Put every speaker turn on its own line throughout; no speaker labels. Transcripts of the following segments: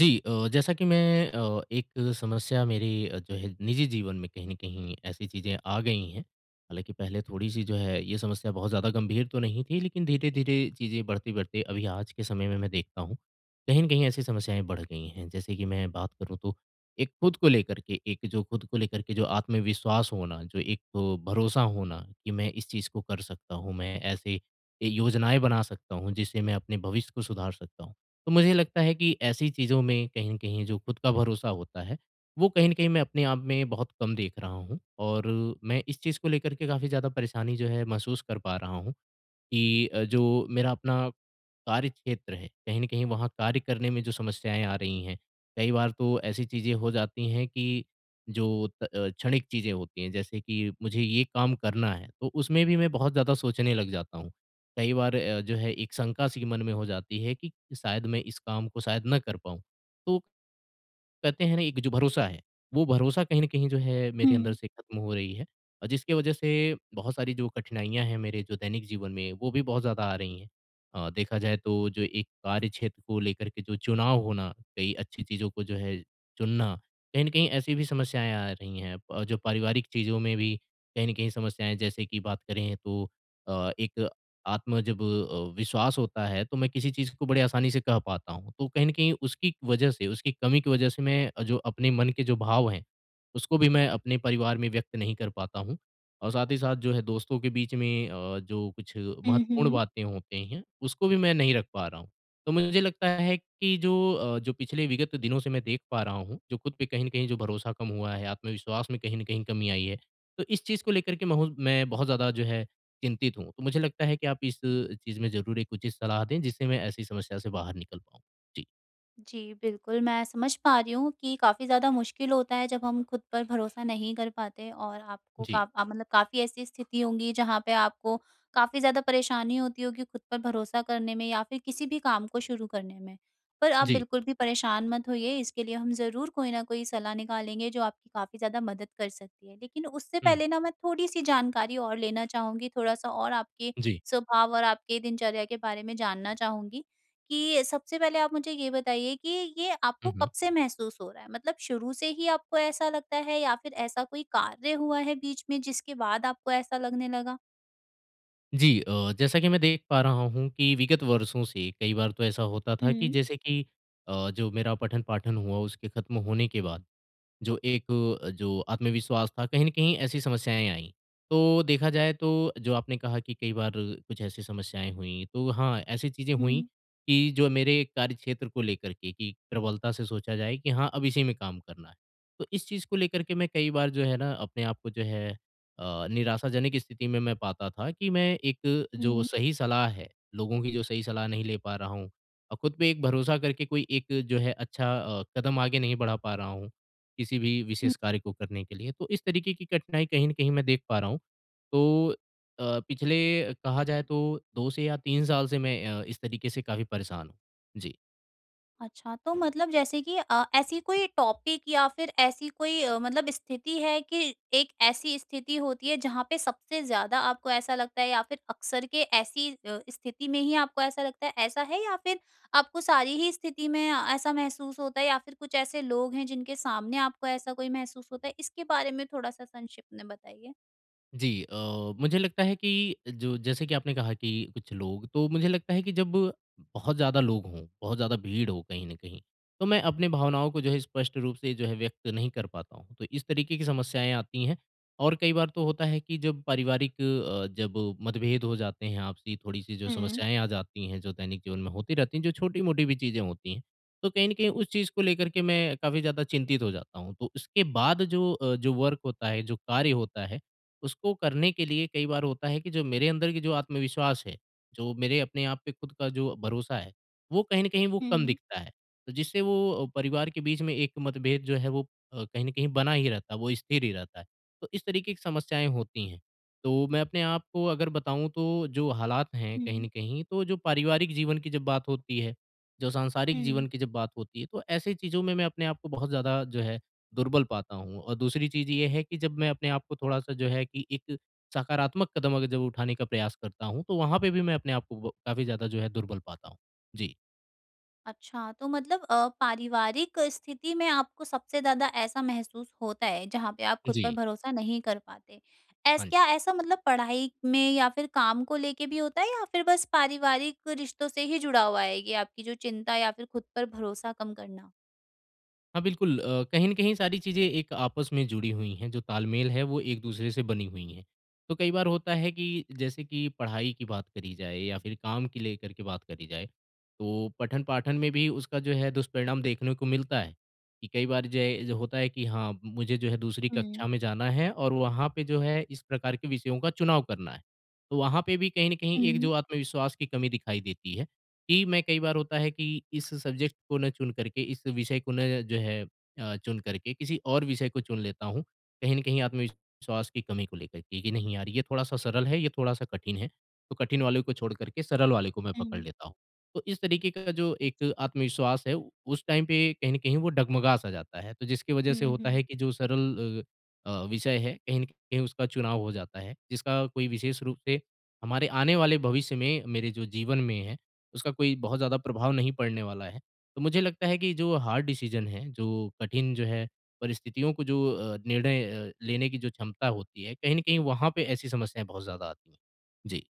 जी जैसा कि मैं एक समस्या मेरे जो है निजी जीवन में कहीं न कहीं ऐसी चीज़ें आ गई हैं। हालाँकि पहले थोड़ी-सी जो है ये समस्या बहुत ज़्यादा गंभीर तो नहीं थी, लेकिन धीरे-धीरे चीज़ें बढ़ते-बढ़ते अभी आज के समय में मैं देखता हूँ, कहीं न कहीं ऐसी समस्याएँ बढ़ गई हैं। जैसे कि मैं बात करूँ तो एक जो खुद को लेकर के जो आत्मविश्वास होना, जो एक भरोसा होना कि मैं इस चीज़ को कर सकता हूँ, मैं ऐसे योजनाएँ बना सकता हूँ जिससे मैं अपने भविष्य को सुधार सकता हूँ। तो मुझे लगता है कि ऐसी चीज़ों में कहीं न कहीं जो खुद का भरोसा होता है, वो कहीं न कहीं मैं अपने आप में बहुत कम देख रहा हूँ और मैं इस चीज़ को लेकर के काफ़ी ज़्यादा परेशानी जो है महसूस कर पा रहा हूँ। कि जो मेरा अपना कार्य क्षेत्र है, कहीं न कहीं वहाँ कार्य करने में जो समस्याएँ आ रही हैं। कई बार तो ऐसी चीज़ें हो जाती हैं कि क्षणिक चीज़ें होती हैं, जैसे कि मुझे ये काम करना है, तो उसमें भी मैं बहुत ज़्यादा सोचने लग जाता हूँ। कई बार जो है एक शंका सी मन में हो जाती है कि शायद मैं इस काम को शायद ना कर पाऊँ। तो कहते हैं ना एक जो भरोसा है, वो भरोसा कहीं न कहीं जो है मेरे अंदर
हुँ।
से खत्म हो रही है और जिसकी वजह से बहुत सारी जो कठिनाइयाँ हैं मेरे जो दैनिक जीवन में, वो भी बहुत ज़्यादा आ रही हैं। देखा जाए तो जो एक कार्य क्षेत्र को लेकर के जो चुनाव होना, कई अच्छी चीज़ों को जो है चुनना, कहीं न कहीं ऐसी भी समस्याएँ आ रही हैं। जो पारिवारिक चीज़ों में भी कहीं न कहीं समस्याएँ जैसे कि बात करें तो एक विश्वास होता है, तो मैं किसी चीज़ को बड़ी आसानी से कह पाता हूँ। तो कहीं न कहीं उसकी वजह से, उसकी कमी की वजह से मैं जो अपने मन के जो भाव हैं, उसको भी मैं अपने परिवार में व्यक्त नहीं कर पाता हूँ। और साथ ही साथ जो है दोस्तों के बीच में जो कुछ
हुँ,
महत्वपूर्ण
हुँ।
बातें होती हैं, उसको भी मैं नहीं रख पा रहा हूँ। तो मुझे लगता है कि जो पिछले विगत दिनों से मैं देख पा रहा हूँ, जो खुद पे कहीं न कहीं जो भरोसा कम हुआ है, आत्मविश्वास में कहीं न कहीं कमी आई है। तो इस चीज़ को लेकर के महु मैं बहुत ज़्यादा जो है चिंतित हूँ। तो मुझे लगता है कि आप इस चीज़ में ज़रूर एक उचित सलाह दें, जिससे मैं ऐसी समस्या से बाहर निकल पाऊँ। जी,
जी, बिल्कुल, मैं समझ पा रही हूँ कि काफ़ी ज़्यादा मुश्किल होता है जब हम खुद पर भरोसा नहीं कर पाते और आपको
जी,
मतलब काफ़ी ऐसी स्थिति होंगी जहाँ पे आपको काफ़ी ज़्यादा परेशानी होती होगी खुद पर भरोसा करने में या फिर किसी भी काम को शुरू करने में। पर आप
जी।
बिल्कुल भी परेशान मत होइए, इसके लिए हम ज़रूर कोई न कोई सलाह निकालेंगे जो आपकी काफ़ी ज़्यादा मदद कर सकती है। लेकिन उससे
हुँ,
पहले ना मैं थोड़ी-सी जानकारी और लेना चाहूँगी, थोड़ा-सा और आपके
जी।
स्वभाव और आपके दिनचर्या के बारे में जानना चाहूँगी। कि सबसे पहले आप मुझे ये बताइए कि ये आपको
हुँ, हुँ।
कब से महसूस हो रहा है? मतलब शुरू से ही आपको ऐसा लगता है या फिर ऐसा कोई कार्य हुआ है बीच में जिसके बाद आपको ऐसा लगने लगा?
जी जैसा कि मैं देख पा रहा हूँ कि विगत वर्षों से कई बार तो ऐसा होता था कि
हुँ,
जैसे कि जो मेरा पठन-पाठन हुआ उसके खत्म होने के बाद जो एक जो आत्मविश्वास था, कहीं न कहीं ऐसी समस्याएँ आईं। तो देखा जाए तो जो आपने कहा कि कई बार कुछ ऐसी समस्याएँ हुईं, तो हाँ, ऐसी चीज़ें हुईं
हुँ,
कि जो मेरे कार्यक्षेत्र को लेकर के कि प्रबलता से सोचा जाए कि हाँ, अब इसी में काम करना है। तो इस चीज़ को लेकर के मैं कई बार जो है ना अपने आप को जो है निराशाजनक स्थिति में मैं पाता था कि मैं एक जो
हुँ।
सही सलाह है, लोगों की जो सही सलाह नहीं ले पा रहा हूँ और खुद पे एक भरोसा करके कोई एक जो है अच्छा कदम आगे नहीं बढ़ा पा रहा हूँ। किसी भी विशेष कार्य को करने के लिए। तो इस तरीके की कठिनाई कहीं न कहीं मैं देख पा रहा हूँ। तो पिछले कहा जाए तो 2 से या 3 साल से मैं इस तरीके से काफ़ी परेशान हूँ। जी।
अच्छा, तो मतलब जैसे कि ऐसी कोई टॉपिक या फिर ऐसी कोई मतलब स्थिति है कि एक ऐसी स्थिति होती है जहाँ पे सबसे ज़्यादा आपको ऐसा लगता है या फिर अक्सर के ऐसी स्थिति में ही आपको ऐसा लगता है, ऐसा है? या फिर आपको सारी ही स्थिति में ऐसा महसूस होता है या फिर कुछ ऐसे लोग हैं जिनके सामने आपको ऐसा कोई महसूस होता है? इसके बारे में थोड़ा-सा संक्षिप्त में बताइए।
जी मुझे लगता है कि जो जैसे कि आपने कहा कि कुछ लोग तो मुझे लगता है कि जब बहुत ज़्यादा लोग हों, बहुत ज़्यादा भीड़ हो कहीं न कहीं, तो मैं अपनी भावनाओं को जो है स्पष्ट रूप से जो है व्यक्त नहीं कर पाता हूँ। तो इस तरीके की समस्याएँ आती हैं और कई बार तो होता है कि जब जब मतभेद हो जाते हैं आपसी थोड़ी-सी जो
हुँ।
समस्याएँ आ जाती हैं, जो दैनिक जीवन में होती रहती हैं, जो छोटी-मोटी भी चीज़ें होती हैं, तो कहीं न कहीं उस चीज़ को लेकर के मैं काफ़ी ज़्यादा चिंतित हो जाता हूँ। तो उसके बाद जो वर्क होता है, जो कार्य होता है उसको करने के लिए कई बार होता है कि जो मेरे अंदर की जो आत्मविश्वास है, जो मेरे अपने आप पे खुद का जो भरोसा है, वो कहीं न कहीं वो कम
हुँ,
दिखता है। तो जिससे वो परिवार के बीच में एक मतभेद जो है वो कहीं न कहीं बना ही रहता है, वो स्थिर ही रहता है। तो इस तरीके की समस्याएँ होती हैं। तो मैं अपने आप को अगर बताऊँ तो जो हालात हैं कहीं
हुँ,
न कहीं, तो जो पारिवारिक जीवन की जब बात होती है, जो सांसारिक जीवन
हुँ।
की जब बात होती है, तो ऐसी चीज़ों में मैं अपने आप को बहुत ज़्यादा जो है दुर्बल पाता हूँ और दूसरी चीज़ ये है कि जब मैं अपने आप को थोड़ा-सा जो है कि एक सकारात्मक कदम अगर जब उठाने का प्रयास करता हूँ, तो वहाँ पे भी मैं अपने आप को ब काफ़ी ज़्यादा जो है दुर्बल पाता हूँ। जी।
अच्छा, तो मतलब पारिवारिक स्थिति में आपको सबसे ज़्यादा ऐसा महसूस होता है, जहाँ पे आप खुद
जी।
पर भरोसा नहीं कर पाते। ऐस
हाँ जी।
क्या ऐसा मतलब पढ़ाई में या फिर काम को लेके भी होता है या फिर बस पारिवारिक रिश्तों से ही जुड़ा हुआ है ये आपकी जो चिंता या फिर खुद पर भरोसा कम करना?
हाँ, बिल्कुल, कहीं न कहीं सारी चीज़ें एक आपस में जुड़ी हुई हैं, जो तालमेल है वो एक दूसरे से बनी हुई हैं। तो कई बार होता है कि जैसे कि पढ़ाई की बात करी जाए या फिर काम की लेकर के बात करी जाए, तो पठन-पाठन में भी उसका जो है दुष्परिणाम देखने को मिलता है, कि कई बार जय जो होता है कि हाँ, मुझे जो है दूसरी कक्षा
हुँ।
में जाना है और वहाँ पे जो है इस प्रकार के विषयों का चुनाव करना है। तो वहाँ पे भी कहीं न कहीं
हुँ,
एक
हुँ।
जो आत्मविश्वास की कमी दिखाई देती है। जी, मैं कई बार होता है कि इस सब्जेक्ट को ना चुन करके, इस विषय को ना जो है चुन करके किसी और विषय को चुन लेता हूँ। कहीं न कहीं आत्मविश्वास की कमी को लेकर के कि नहीं यार ये थोड़ा-सा सरल है, ये थोड़ा-सा कठिन है। तो कठिन वाले को छोड़ कर के सरल वाले को मैं पकड़ लेता हूँ। तो इस तरीके का जो
अच्छा।
एक आत्मविश्वास है उस टाइम पे कहीं न कहीं वो डगमगा-सा जाता है। तो जिसकी वजह से
हुँ,
होता है
हुँ।
कि जो सरल विषय है कहीं न कहीं उसका चुनाव हो जाता है। जिसका कोई विशेष रूप से हमारे आने वाले भविष्य में मेरे जो जीवन में है उसका कोई बहुत ज़्यादा प्रभाव नहीं पड़ने वाला है। तो मुझे लगता है कि जो हार्ड डिसीज़न है, जो कठिन जो है परिस्थितियों को निर्णय लेने की जो क्षमता होती है, कहीं न कहीं वहाँ पे ऐसी समस्याएँ बहुत ज़्यादा आती हैं। जी।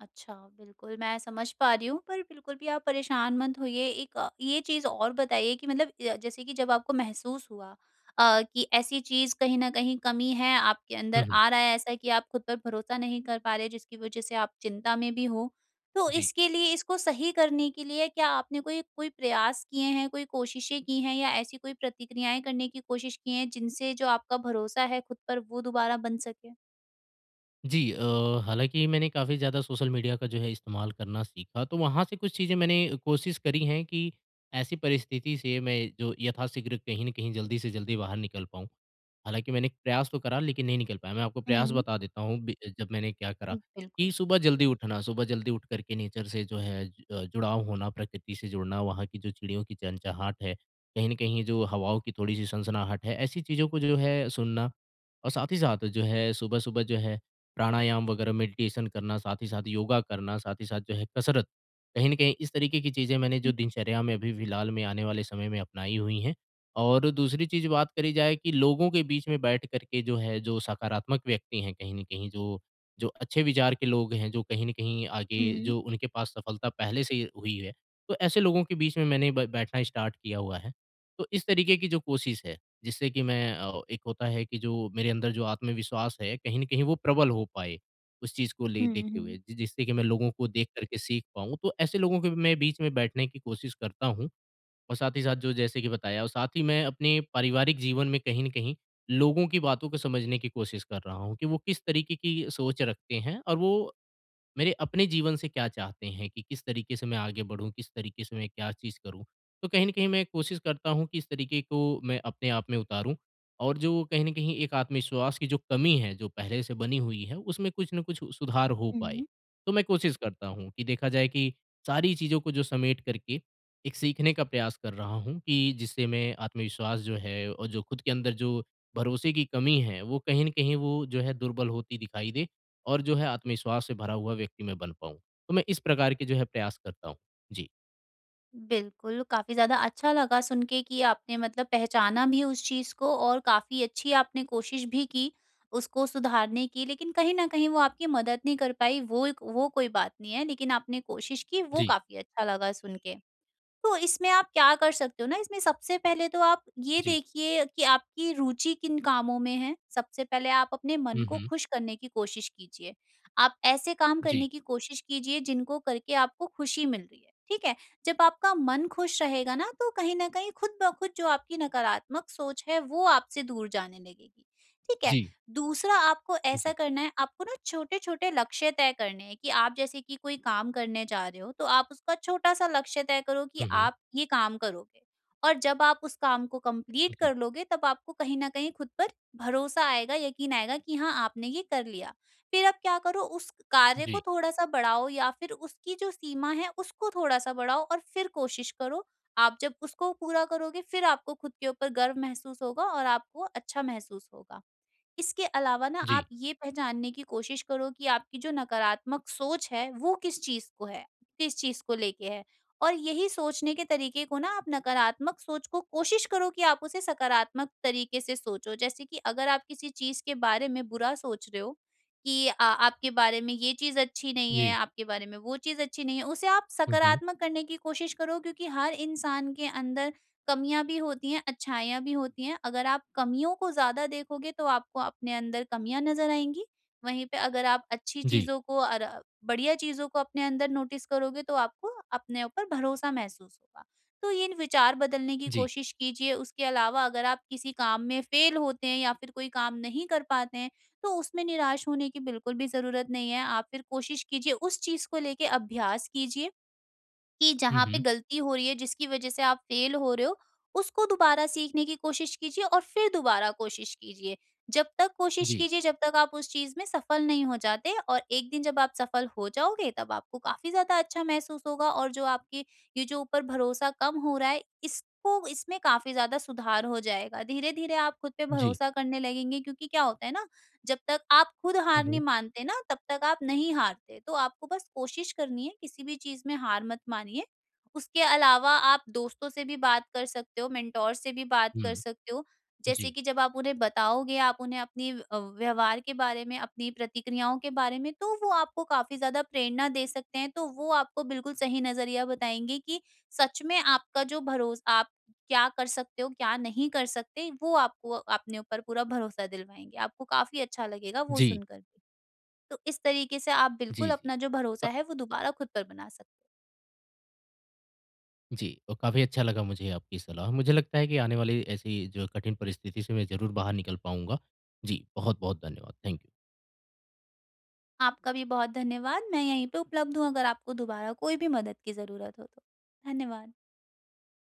अच्छा, बिल्कुल मैं समझ पा रही हूँ, पर बिल्कुल भी आप परेशान मत होइए। एक ये चीज़ और बताइए कि मतलब जैसे कि जब आपको महसूस हुआ कि ऐसी चीज़ कहीं न कहीं कमी है, आपके
हुँ,
अंदर
हुँ।
आ रहा है ऐसा कि आप खुद पर भरोसा नहीं कर पा रहे, जिसकी वज़ह से आप चिंता में भी हो। तो
जी।
इसके लिए इसको सही करने के लिए क्या आपने कोई कोई प्रयास किए हैं, कोई कोशिशें की हैं या ऐसी कोई प्रतिक्रियाएँ करने की कोशिश की हैं, जिनसे जो आपका भरोसा है खुद पर वो दोबारा बन सके?
जी हालाँकि मैंने काफ़ी ज़्यादा सोशल मीडिया का जो है इस्तेमाल करना सीखा, तो वहाँ से कुछ चीज़ें मैंने कोशिश करी हैं कि ऐसी परिस्थिति से मैं जो यथाशीघ्र कहीं न कहीं जल्दी से जल्दी बाहर निकल पाऊँ। हालाँकि मैंने प्रयास तो करा लेकिन नहीं निकल पाया। मैं आपको प्रयास
हुँ।
बता देता हूँ बि जब मैंने क्या करा
हुँ,
कि
बिल्कुल।
सुबह जल्दी उठना, सुबह जल्दी उठ कर के नेचर से जो है जुड़ाव होना, प्रकृति से जुड़ना, वहाँ की जो चिड़ियों की चहचहाट है, कहीं न कहीं जो हवाओं की थोड़ी-सी सनसनाहट है, ऐसी चीज़ों को जो है सुनना और साथ ही साथ जो है सुबह-सुबह जो है प्राणायाम वगैरह मेडिटेशन करना, साथ ही साथ योगा करना, साथ ही साथ जो है कसरत। कहीं न कहीं इस तरीके की चीज़ें मैंने जो
हुँ,
दिनचर्या में अभी फिलहाल में आने वाले समय में अपनाई हुई हैं। और दूसरी चीज़ बात करी जाए कि लोगों के बीच में बैठ कर के जो है जो सकारात्मक व्यक्ति हैं कहीं न कहीं जो जो अच्छे विचार के लोग हैं, जो कहीं न कहीं आगे
हुँ।
जो उनके पास सफलता पहले से ही हुई है, तो ऐसे लोगों के बीच में मैंने ब बैठना स्टार्ट किया हुआ है। तो इस तरीके की जो कोशिश है। जिससे कि मैं एक होता है कि जो मेरे अंदर जो आत्मविश्वास है कहीं न कहीं वो प्रबल हो पाए, उस चीज़ को ले
हुँ,
देखते हुए
हुँ।
जि जिससे कि मैं लोगों को देख कर के सीख पाऊँ। तो ऐसे लोगों के मैं बीच में बैठने की कोशिश करता हूँ और साथ ही साथ जो जैसे कि बताया और साथ ही मैं अपने पारिवारिक जीवन में कहीं न कहीं लोगों की बातों को समझने की कोशिश कर रहा हूँ कि वो किस तरीके की सोच रखते हैं और वो मेरे अपने जीवन से क्या चाहते हैं कि किस तरीके से मैं आगे बढ़ूँ, किस तरीके से मैं क्या चीज़ करूँ? तो कहीं न कहीं मैं कोशिश करता हूँ कि इस तरीके को मैं अपने आप में उतारूँ और जो कहीं न कहीं एक आत्मविश्वास की जो कमी है, जो पहले से बनी हुई है, उसमें कुछ न कुछ सुधार हो पाए।
हुँ।
तो मैं कोशिश करता हूँ कि देखा जाए कि सारी चीज़ों को जो समेट करके एक सीखने का प्रयास कर रहा हूँ कि जिससे मैं आत्मविश्वास जो है और जो खुद के अंदर जो भरोसे की कमी है, वो कहीं न कहीं वो जो है दुर्बल होती दिखाई दे और जो है आत्मविश्वास से भरा हुआ व्यक्ति मैं बन पाऊँ। तो मैं इस प्रकार के जो है प्रयास करता हूँ। जी,
बिल्कुल, काफ़ी ज़्यादा अच्छा लगा सुन के कि आपने मतलब पहचाना भी उस चीज़ को और काफ़ी अच्छी आपने कोशिश भी की, उसको सुधारने की। लेकिन कहीं न कहीं वो आपकी मदद नहीं कर पाई, वो कोई बात नहीं है, लेकिन आपने कोशिश की, वो
जी,
काफ़ी अच्छा लगा सुन के। तो इसमें आप क्या कर सकते हो ना, इसमें सबसे पहले तो आप ये
जी।
देखिए कि आपकी रुचि किन कामों में है। सबसे पहले आप अपने मन
हुँ,
को
हुँ।
खुश करने की कोशिश कीजिए। आप ऐसे काम
जी,
करने की कोशिश कीजिए जिनको करके आपको खुशी मिल रही है, ठीक है? जब आपका मन खुश रहेगा ना तो कहीं न कहीं खुद ब खुद जो आपकी नकारात्मक सोच है वो आपसे दूर जाने लगेगी, ठीक है?
जी,
दूसरा आपको ऐसा
जी।
करना है, आपको ना छोटे-छोटे लक्ष्य तय करने हैं कि आप जैसे कि कोई काम करने जा रहे हो, तो आप उसका छोटा-सा लक्ष्य तय करो कि
हुँ, हुँ।
आप ये काम करोगे और जब आप उस काम को कंप्लीट
जी,
कर लोगे, तब आपको कहीं न कहीं खुद पर भरोसा आएगा, यकीन आएगा कि हाँ, आपने ये कर लिया। फिर आप क्या करो, उस कार्य को
जी,
थोड़ा-सा बढ़ाओ या फिर उसकी जो सीमा है, उसको थोड़ा-सा बढ़ाओ और फिर कोशिश करो। आप जब उसको पूरा करोगे, फिर आपको खुद के ऊपर गर्व महसूस होगा और आपको अच्छा महसूस होगा। इसके अलावा ना
जी,
आप ये पहचानने की कोशिश करो कि आपकी जो नकारात्मक सोच है वो किस चीज को है, किस चीज को लेके है और यही सोचने के तरीके को ना आप नकारात्मक सोच को कोशिश करो कि आप उसे सकारात्मक तरीके से सोचो, जैसे कि अगर आप किसी चीज के बारे में बुरा सोच रहे हो कि आपके बारे में ये चीज अच्छी नहीं है,
जी।
आपके बारे में वो चीज अच्छी नहीं है, उसे आप
हुँ, हुँ।
सकारात्मक करने की कोशिश करो, क्योंकि हर इंसान के अंदर कमियाँ भी होती हैं, अच्छाइयाँ भी होती हैं। अगर आप कमियों को ज़्यादा देखोगे तो आपको अपने अंदर कमियाँ नज़र आएँगी। वहीं पे अगर आप अच्छी
जी,
चीज़ों को और बढ़िया चीज़ों को अपने अंदर नोटिस करोगे तो आपको अपने ऊपर भरोसा महसूस होगा। तो ये विचार बदलने की
जी।
कोशिश कीजिए। उसके अलावा अगर आप किसी काम में फ़ेल होते हैं या फिर कोई काम नहीं कर पाते हैं, तो उसमें निराश होने की बिल्कुल भी ज़रूरत नहीं है। आप फिर कोशिश कीजिए, उस चीज़ को लेके अभ्यास कीजिए कि
हुँ,
जहाँ पे
हुँ।
गलती हो रही है, जिसकी वजह से आप फेल हो रहे हो, उसको दोबारा सीखने की कोशिश कीजिए और फिर दोबारा कोशिश कीजिए। जब तक कोशिश
जी,
कीजिए, जब तक आप उस चीज़ में सफल नहीं हो जाते, और एक दिन जब आप सफल हो जाओगे, तब आपको काफ़ी ज़्यादा अच्छा महसूस होगा और जो आपके ये जो ऊपर भरोसा कम हो रहा है, इसको, इसमें काफ़ी ज़्यादा सुधार हो जाएगा। धीरे-धीरे आप खुद पे
जी।
भरोसा करने लगेंगे, क्योंकि क्या होता है ना, जब तक आप खुद
हुँ,
हार नहीं
हुँ।
मानते ना, तब तक आप नहीं हारते। तो आपको बस कोशिश करनी है, किसी भी चीज़ में हार मत मानिए। उसके अलावा आप दोस्तों से भी बात कर सकते हो, मेंटोर से भी बात कर
हुँ।
सकते हो। जैसे
जी,
कि जब आप उन्हें बताओगे, आप उन्हें अपनी व्यवहार के बारे में, अपनी प्रतिक्रियाओं के बारे में, तो वो आपको काफ़ी ज़्यादा प्रेरणा दे सकते हैं। तो वो आपको बिल्कुल सही नज़रिया बताएँगे कि सच में आपका जो भरोस आप क्या कर सकते हो, क्या नहीं कर सकते, वो आपको अपने ऊपर पूरा भरोसा दिलवाएँगे। आपको काफ़ी अच्छा लगेगा वो
जी,
सुनकर भी। तो इस तरीके से आप बिल्कुल
जी, जी।
अपना जो भरोसा
क
है, वो दोबारा खुद पर बना सकते हो।
जी, तो काफ़ी अच्छा लगा मुझे आपकी सलाह। मुझे लगता है कि आने वाली ऐसी जो कठिन परिस्थिति से मैं ज़रूर बाहर निकल पाऊँगा। जी, बहुत-बहुत धन्यवाद। Thank you.
आपका भी बहुत धन्यवाद। मैं यहीं पे उपलब्ध हूँ अगर आपको दोबारा कोई भी मदद की ज़रूरत हो तो। धन्यवाद।